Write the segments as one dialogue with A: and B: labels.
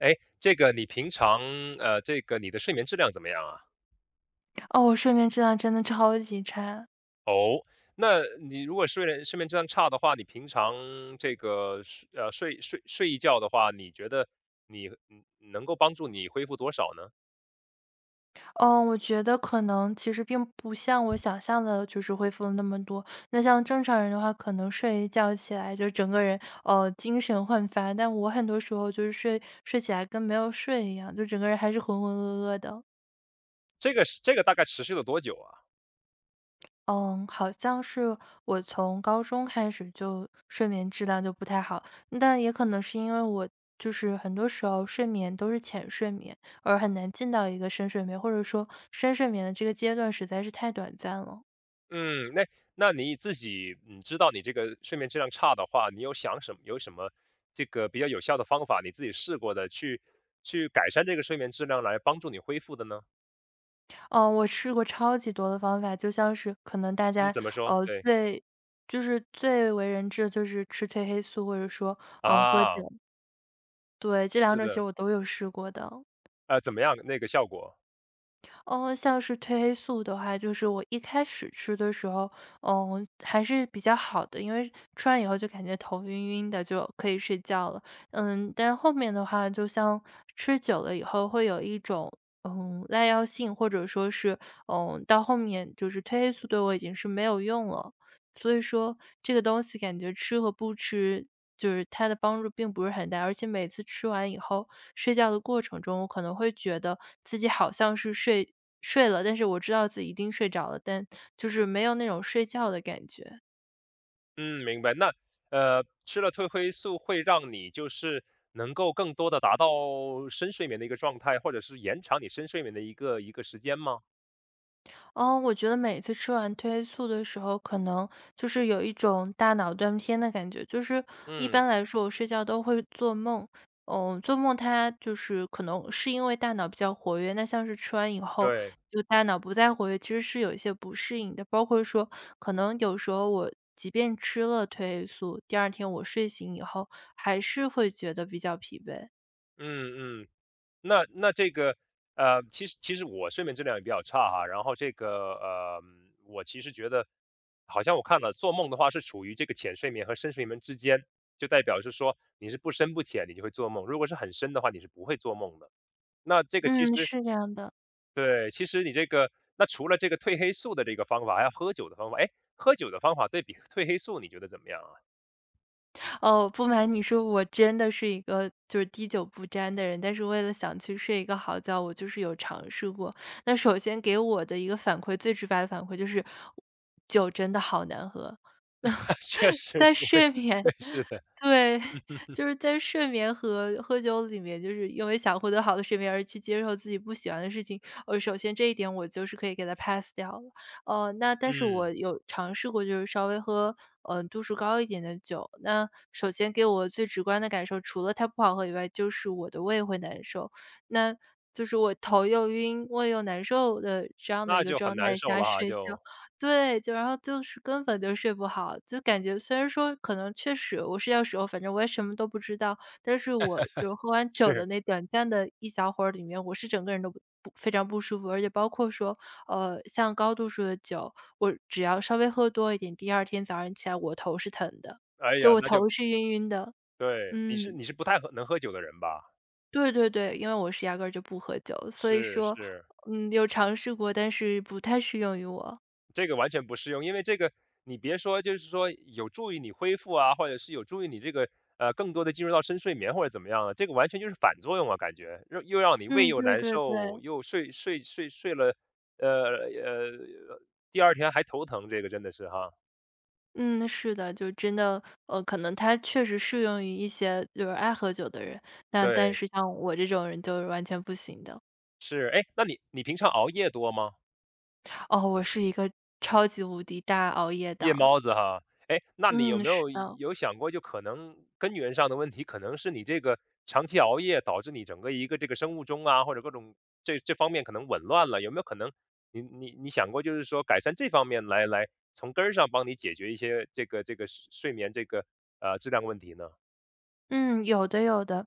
A: 哎，这个你平常这个你的睡眠质量怎么样啊？
B: 哦，我睡眠质量真的超级差。
A: 哦，那你如果睡眠质量差的话，你平常这个睡一觉的话，你觉得你能够帮助你恢复多少呢？
B: 哦，我觉得可能其实并不像我想象的，就是恢复了那么多。那像正常人的话，可能睡一觉起来就整个人精神焕发，但我很多时候就是睡起来跟没有睡一样，就整个人还是浑浑噩噩的。
A: 这个是这个大概持续了多久啊？
B: 嗯，好像是我从高中开始就睡眠质量就不太好，但也可能是因为我就是很多时候睡眠都是浅睡眠，而很难进到一个深睡眠，或者说深睡眠的这个阶段实在是太短暂了。
A: 嗯，那那你自己你知道你这个睡眠质量差的话，你有想什么有什么这个比较有效的方法，你自己试过的去改善这个睡眠质量来帮助你恢复的呢？
B: 哦，我试过超级多的方法，就像是可能大
A: 嗯，
B: 家
A: 怎么说？
B: 呃
A: 对
B: 最就是最为人知的就是吃褪黑素，或者说喝酒，
A: 啊，
B: 对，这两
A: 是
B: 种其实
A: 的。
B: 我都有试过的。
A: 怎么样那个效果？
B: 哦，像是褪黑素的话，就是我一开始吃的时候，还是比较好的，因为吃完以后就感觉头晕晕的，就可以睡觉了。但后面的话，就像吃久了以后，会有一种耐药性，或者说是到后面就是褪黑素对我已经是没有用了。所以说这个东西感觉吃和不吃，就是它的帮助并不是很大，而且每次吃完以后，睡觉的过程中，我可能会觉得自己好像是睡了，但是我知道自己一定睡着了，但就是没有那种睡觉的感觉。
A: 嗯，明白。那吃了褪黑素会让你就是能够更多的达到深睡眠的一个状态，或者是延长你深睡眠的一个时间吗？
B: 哦，我觉得每次吃完褪黑素的时候，可能就是有一种大脑断片的感觉。就是一
A: 嗯，
B: 般来说，我睡觉都会做梦，做梦它就是可能是因为大脑比较活跃，那像是吃完以后，
A: 对，
B: 就大脑不再活跃，其实是有一些不适应的。包括说，可能有时候我即便吃了褪黑素，第二天我睡醒以后，还是会觉得比较疲惫。
A: 嗯嗯。那这个其实其实我睡眠质量也比较差哈，然后这个我其实觉得好像我看了做梦的话是处于这个浅睡眠和深睡眠之间，就代表是说你是不深不浅，你就会做梦，如果是很深的话，你是不会做梦的。那这个其
B: 嗯，
A: 实
B: 是这样的。
A: 对，其实你这个那除了这个褪黑素的这个方法，还有喝酒的方法，哎，喝酒的方法对比褪黑素，你觉得怎么样啊？
B: 哦，不瞒你说，我真的是一个就是滴酒不沾的人，但是为了想去睡一个好觉，我就是有尝试过。那首先给我的一个反馈，最直白的反馈就是，酒真的好难喝。
A: 确实
B: 在
A: 就会，
B: 睡眠
A: 对，是的，
B: 对，就是在睡眠和喝酒里面，就是因为想获得好的睡眠而去接受自己不喜欢的事情，首先这一点我就是可以给它 pass 掉了。那但是我
A: 嗯，
B: 有尝试过，就是稍微喝，度数高一点的酒。那首先给我最直观的感受，除了它不好喝以外，就是我的胃会难受。那就是我头又晕、胃又难受的这样的一
A: 那
B: 个
A: 就很
B: 状
A: 难
B: 态
A: 受
B: 下
A: 了哈，
B: 睡觉。
A: 就，
B: 对，就然后就是根本就睡不好，就感觉虽然说可能确实我睡觉时候，反正我也什么都不知道，但是我就喝完酒的
A: 是，
B: 那短暂的一小会儿里面，我是整个人都不不非常不舒服，而且包括说，像高度数的酒，我只要稍微喝多一点，第二天早上起来我头是疼的，
A: 哎
B: 就
A: 呀，
B: 我
A: 那就
B: 头是晕晕的。
A: 对，你是
B: 嗯，
A: 你是不太喝能喝酒的人吧？
B: 对对对，因为我是压根儿就不喝酒，所以
A: 是
B: 说，
A: 是。
B: 有尝试过，但是不太适用于我。
A: 这个完全不适用，因为这个你别说，就是说有助于你恢复啊，或者是有助于你这个更多的进入到深睡眠或者怎么样啊，这个完全就是反作用啊，感觉又让你胃
B: 嗯，
A: 又
B: 对
A: 难
B: 对
A: 受，
B: 对。
A: 又睡了，呃呃，第二天还头疼，这个真的是哈，
B: 嗯，是的，就真的，可能它确实适用于一些就是爱喝酒的人，那但
A: 对，
B: 是像我这种人就是完全不行的。
A: 是，哎，那你你平常熬夜多吗？
B: 哦，我是一个超级无敌大熬夜
A: 夜
B: 党。
A: 猫子哈，哎，那你有
B: 嗯，
A: 没
B: 是
A: 有
B: 的，
A: 有想过，就可能根源上的问题，可能是你这个长期熬夜导致你整个一个这个生物钟啊，或者各种这这方面可能紊乱了，有没有可能你你你想过，就是说改善这方面来从根儿上帮你解决一些这个这个睡眠这个质量问题呢？
B: 嗯，有的有的。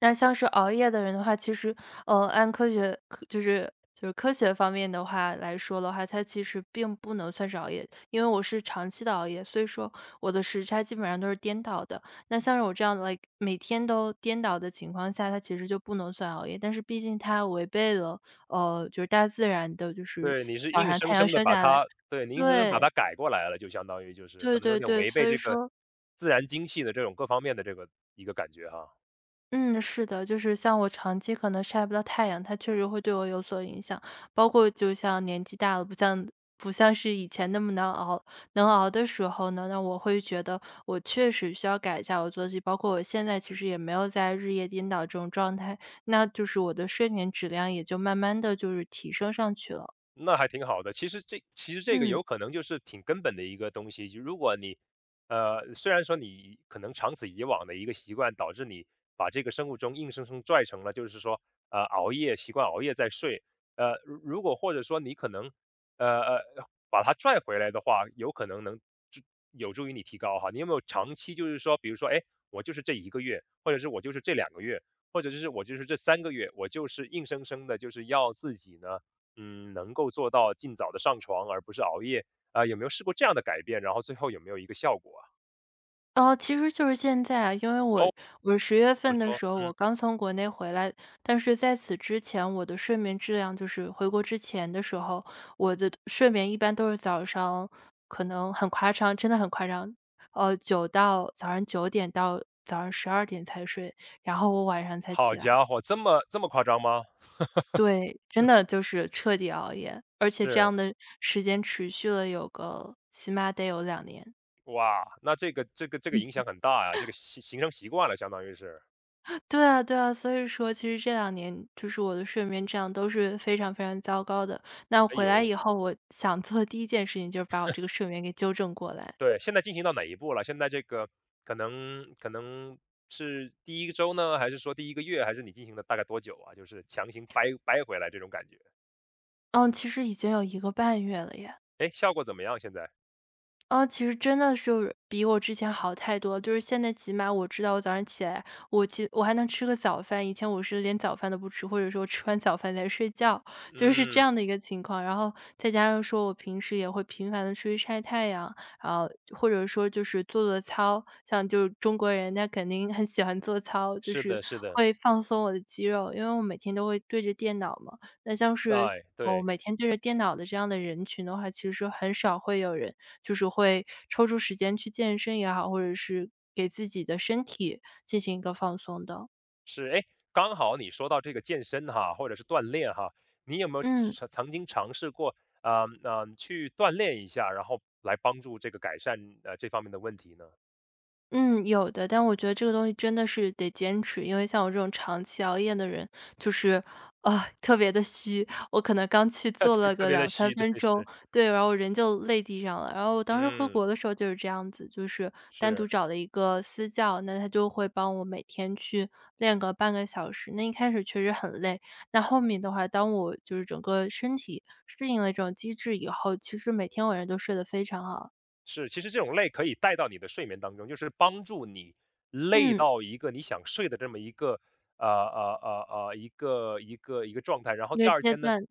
B: 那像是熬夜的人的话，其实，按科学科就是就是科学方面的话来说的话，它其实并不能算是熬夜，因为我是长期的熬夜，所以说我的时差基本上都是颠倒的。那像是我这样来每天都颠倒的情况下，它其实就不能算熬夜，但是毕竟它违背了，就是大自然的，就是
A: 对，你是
B: 早
A: 硬
B: 上太
A: 生
B: 阳
A: 生的
B: 升
A: 把
B: 下来
A: 它，对，你硬生生把
B: 对，
A: 它改过来了，就相当于就是
B: 对
A: 可能有
B: 对
A: 点
B: 对，
A: 违
B: 所
A: 背
B: 以
A: 这个
B: 说
A: 自然精气的这种各方面的这个一个感觉哈。
B: 嗯，是的，就是像我长期可能晒不到太阳，它确实会对我有所影响。包括就像年纪大了，不像是以前那么难熬，能熬的时候呢，那我会觉得我确实需要改一下我作息。包括我现在其实也没有在日夜颠倒这种状态，那就是我的睡眠质量也就慢慢的就是提升上去了。
A: 那还挺好的。其实这其实这个
B: 嗯。
A: 有可能就是挺根本的一个东西，就如果你，虽然说你可能长此以往的一个习惯，导致你把这个生物钟硬生生拽成了，就是说，熬夜习惯熬夜再睡，如果或者说你可能，呃呃，把它拽回来的话，有可能助有助于你提高哈。你有没有长期就是说，比如说，哎，我就是这一个月，或者是我就是这两个月，或者就是我就是这三个月，我就是硬生生的就是要自己呢。嗯，能够做到尽早的上床，而不是熬夜，啊，有没有试过这样的改变，然后最后有没有一个效果啊？
B: 哦，其实就是现在啊，因为我
A: 哦，
B: 我十月
A: 怎么
B: 份的
A: 说？
B: 时候我
A: 嗯，
B: 刚从国内回来，但是在此之前我的睡眠质量就是回国之前的时候，我的睡眠一般都是早上可能很夸张，真的很夸张，早上9点到早上12点才睡，然后我晚上才起
A: 好
B: 来。
A: 家伙，这么这么夸张吗？
B: 对，真的就是彻底熬夜，而且这
A: 是，
B: 样的时间持续了有个起码得有两年。
A: 哇，那这个影响很大呀，这个形成习惯了，相当于是。
B: 对啊对啊，所以说其实这两年就是我的睡眠质量都是非常非常糟糕的。那
A: 哎
B: 回来
A: 呦，
B: 以后，我想做的第一件事情就是把我这个睡眠给纠正过来。
A: 对，现在进行到哪一步了？现在这个可能是第个周呢，还是说第一个月，还是你进行了大概多久啊？就是强行掰回来这种感觉，
B: 嗯，其实已经有1个半月了耶。
A: 哎，效果怎么样现在？
B: 其实真的是比我之前好太多了。就是现在起码我知道我早上起来，我还能吃个早饭。以前我是连早饭都不吃，或者说吃完早饭再睡觉，就是这
A: 嗯，
B: 样的一个情况。然后再加上说我平时也会频繁的出去晒太阳，然后或者说就是做做操，像就是中国人那肯定很喜欢做操，就
A: 是
B: 是
A: 的是的，
B: 会放松我的肌肉，因为我每天都会对着电脑嘛。那像是
A: 哎，
B: 我
A: 对。
B: 每天对着电脑的这样的人群的话，其实很少会有人。就是会抽出时间去健身也好，或者是给自己的身体进行一个放松的。
A: 是，哎，刚好你说到这个健身哈，或者是锻炼哈，你有没有
B: 嗯，
A: 曾经尝试过，去锻炼一下，然后来帮助这个改善这方面的问题呢？
B: 嗯，有的，但我觉得这个东西真的是得坚持，因为像我这种长期熬夜的人，就是，啊，特别的虚。我可能刚去做
A: 对，
B: 了
A: 特
B: 个
A: 别的
B: 两三
A: 虚，对，
B: 分钟，
A: 是，
B: 对，然后人就累地上了。然后我当时回
A: 嗯，
B: 国的时候就是这样子，就是单独
A: 是
B: 找了一个私教，那他就会帮我每天去练个半个小时。那一开始确实很累，那后面的话，当我就是整个身体适应了这种机制以后，其实每天晚上都睡得非常好。
A: 是，其实这种累可以带到你的睡眠当中，就是帮助你累
B: 嗯，
A: 到一个你想睡的这么一个呃呃一个状态，然后
B: 一
A: 第
B: 个
A: 二
B: 阶
A: 天呢。
B: 段，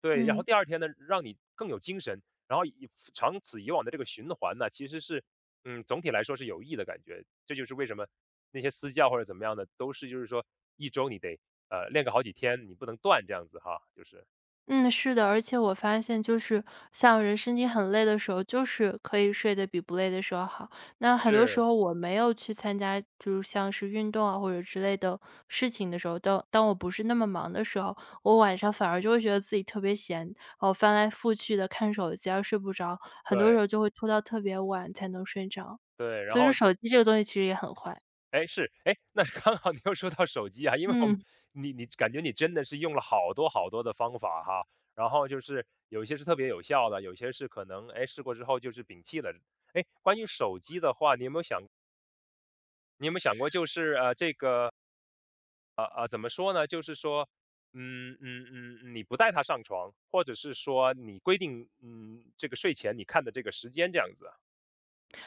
A: 对，然后
B: 嗯。
A: 第二天呢，让你更有精神，然后以长此以往的这个循环呢，其实是，嗯，总体来说是有益的感觉。这就是为什么那些私教或者怎么样的，都是就是说一周你得练个好几天，你不能断这样子哈，就是
B: 嗯，是的，而且我发现就是像人身体很累的时候，就是可以睡得比不累的时候好。那很多时
A: 是，
B: 候我没有去参加，就是像是运动啊或者之类的事情的时候，当我不是那么忙的时候，我晚上反而就会觉得自己特别闲，哦，翻来覆去的看手机啊，睡不着，很多时
A: 对
B: 候就会拖到特别晚才能睡着。
A: 对，然
B: 所以说
A: 后
B: 手机这个东西其实也很坏，
A: 哎，是，哎，那刚好你又说到手机啊，因为我们
B: 嗯。
A: 你你感觉你真的是用了好多好多的方法哈，然后就是有一些是特别有效的，有些是可能哎试过之后就是摒弃了。哎，关于手机的话，你有没有想过就是这个怎么说呢？就是说你不带它上床，或者是说你规定这个睡前你看的这个时间这样子啊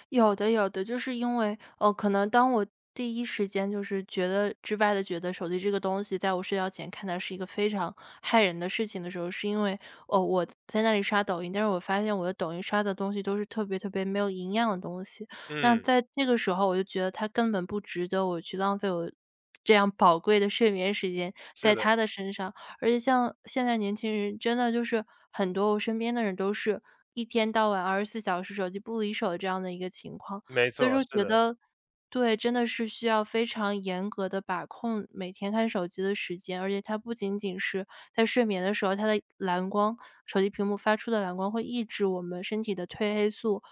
B: 有的，有的，就是因为，哦，可能当我第一时间就是觉得之外的，觉得手机这个东西在我睡觉前看它是一个非常害人的事情的时候，是因为，哦，我在那里刷抖音，但是我发现我的抖音刷的东西都是特别特别没有营养的东西。那
A: 嗯，
B: 在这个时候我就觉得它根本不值得我去浪费我这样宝贵的睡眠时间
A: 是
B: 在
A: 的，
B: 它的身上。而且像现在年轻人真的就是很多我身边的人都是一天到晚24小时手机不离手这样的一个情况。
A: 没
B: 所以
A: 错，
B: 说
A: 是
B: 觉
A: 的，
B: 得对，真的是需要非常严格的把控每天看手机的时间，而且它不仅仅是在睡眠的时候，它的蓝光手机屏幕发出的蓝光会抑制我们身体的褪黑素，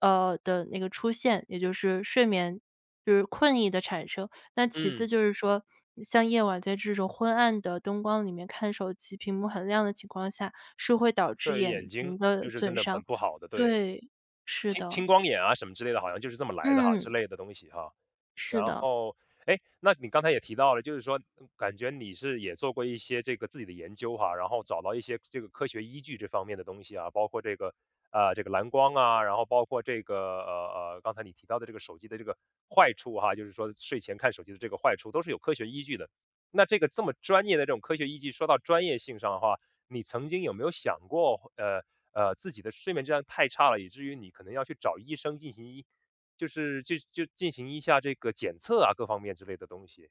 B: 的那个出现，也就是睡眠就是困意的产生。那其次
A: 嗯，
B: 就是说，像夜晚在这种昏暗的灯光里面看手机，屏幕很亮的情况下，是会导致
A: 对于眼
B: 眼睛
A: 睛
B: 的
A: 就是真
B: 损
A: 的很
B: 伤。
A: 不好的，对。
B: 对，是
A: 青
B: 的，
A: 青光眼啊什么之类的，好像就是这么来的哈，之
B: 嗯，
A: 类的东西哈。
B: 是
A: 然
B: 的。
A: 后，哎，那你刚才也提到了，就是说，嗯感觉你是也做过一些这个自己的研究哈，然后找到一些这个科学依据这方面的东西啊，包括这个这个蓝光啊，然后包括这个刚才你提到的这个手机的这个坏处哈，就是说睡前看手机的这个坏处都是有科学依据的。那这个这么专业的这种科学依据，说到专业性上的话，你曾经有没有想过，自己的睡眠质量太差了，以至于你可能要去找医生进行医就是就就进行一下这个检测啊，各方面之类的东西。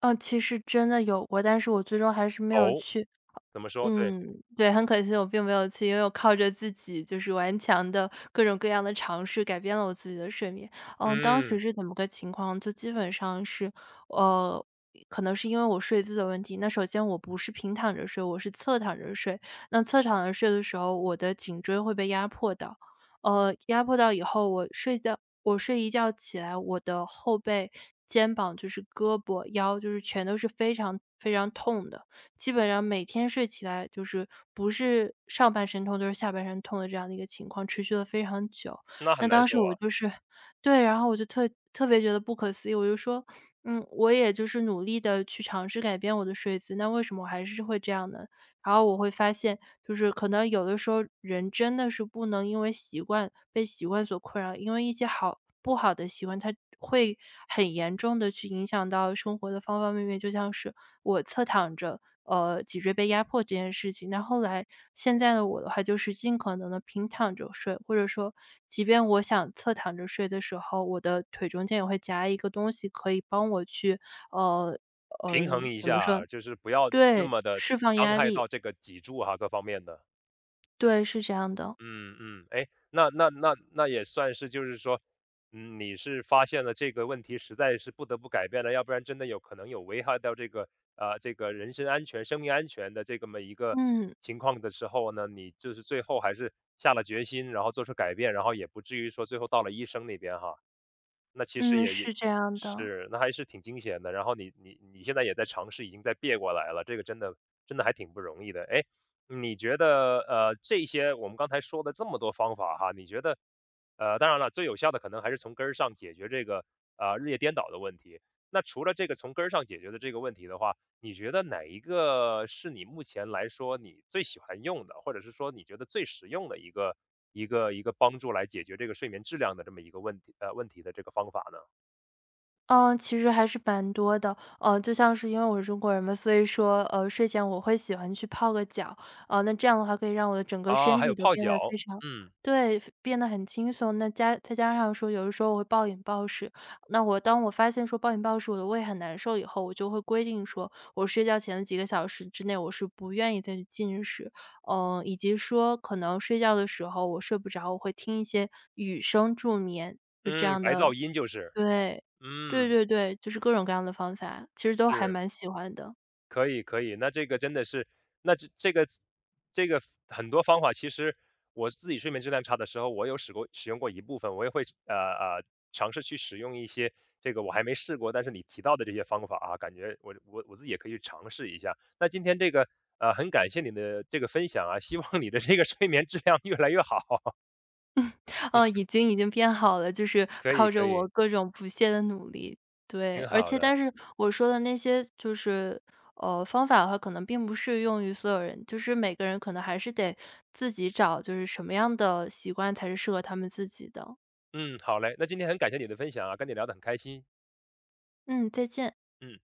B: 啊，其实真的有过，但是我最终还是没有
A: 哦，
B: 去
A: 怎么说？对，
B: 嗯，对，很可惜我并没有去，因为我靠着自己就是顽强的各种各样的尝试改变了我自己的睡眠。嗯，当时
A: 嗯，
B: 是怎么个情况，就基本上是，呃，可能是因为我睡姿的问题。那首先我不是平躺着睡，我是侧躺着睡。那侧躺着睡的时候，我的颈椎会被压迫到，压迫到以后，我睡觉，我睡一觉起来，我的后背、肩膀就是胳膊、腰就是全都是非常非常痛的。基本上每天睡起来就是不是上半身痛就是下半身痛的这样的一个情况，持续了非常久。
A: 那很
B: 那
A: 难
B: 当时
A: 受啊，
B: 我就是 对，然后我就特别觉得不可思议，我就说，嗯，我也就是努力的去尝试改变我的睡姿，那为什么我还是会这样呢？然后我会发现，就是可能有的时候人真的是不能因为习惯被习惯所困扰，因为一些好不好的习惯，它会很严重的去影响到生活的方方面面。就像是我侧躺着，脊椎被压迫这件事情，那后来现在的我的话就是尽可能的平躺着睡，或者说即便我想侧躺着睡的时候，我的腿中间也会夹一个东西可以帮我去，呃，
A: 平衡
B: 嗯，
A: 一下啊，就是不要那
B: 对，
A: 么的
B: 释放
A: 伤
B: 压
A: 害
B: 力。
A: 到这个脊柱哈，各方面的。
B: 对，是这样的。
A: 嗯嗯，哎，那也算是，就是说，嗯，你是发现了这个问题，实在是不得不改变了，要不然真的有可能有危害到这个这个人身安全、生命安全的这个么一个
B: 嗯，
A: 情况的时候呢，你就是最后还是下了决心，然后做出改变，然后也不至于说最后到了医生那边哈，那其实
B: 嗯，
A: 也
B: 是这样的。
A: 是，那还是挺惊险的。然后你现在也在尝试，已经在别过来了，这个真的还挺不容易的。哎，你觉得，这些我们刚才说的这么多方法哈，你觉得，当然了，最有效的可能还是从根儿上解决这个，日夜颠倒的问题。那除了这个从根儿上解决的这个问题的话，你觉得哪一个是你目前来说你最喜欢用的，或者是说你觉得最实用的一个帮助来解决这个睡眠质量的这么一个问题，问题的这个方法呢？
B: 嗯，其实还是蛮多的。就像是因为我是中国人嘛，所以说，睡前我会喜欢去泡个脚。那这样的话可以让我的整个
A: 啊，
B: 身
A: 还
B: 体
A: 有
B: 都
A: 泡
B: 变
A: 脚，
B: 得非常
A: 嗯
B: 对，变得很轻松。那加再加上说，有的时候我会暴饮暴食，那我当我发现说暴饮暴食我的胃很难受以后，我就会规定说，我睡觉前的几个小时之内，我是不愿意再去进食。嗯，以及说可能睡觉的时候我睡不着，我会听一些雨声助眠，就这
A: 嗯，
B: 样
A: 白
B: 的
A: 噪音就是，
B: 对，对
A: 嗯，
B: 对对，就是各种各样的方法，其实都还
A: 是。
B: 蛮喜欢的。
A: 可以可以，那这个真的是，那这个很多方法，其实我自己睡眠质量差的时候，我有使用过一部分，我也会尝试去使用一些这个我还没试过，但是你提到的这些方法啊，感觉我自己也可以去尝试一下。那今天这个很感谢你的这个分享啊，希望你的这个睡眠质量越来越好。
B: 嗯，已经变好了，就是
A: 可以
B: 靠着
A: 可
B: 我
A: 以，
B: 各种不懈的努力。对，
A: 挺
B: 而
A: 好
B: 且
A: 的，
B: 但是我说的那些就是，方法的话可能并不适用于所有人，就是每个人可能还是得自己找，就是什么样的习惯才是适合他们自己的。
A: 嗯，好嘞，那今天很感谢你的分享啊，跟你聊得很开心，
B: 嗯，再见。
A: 嗯。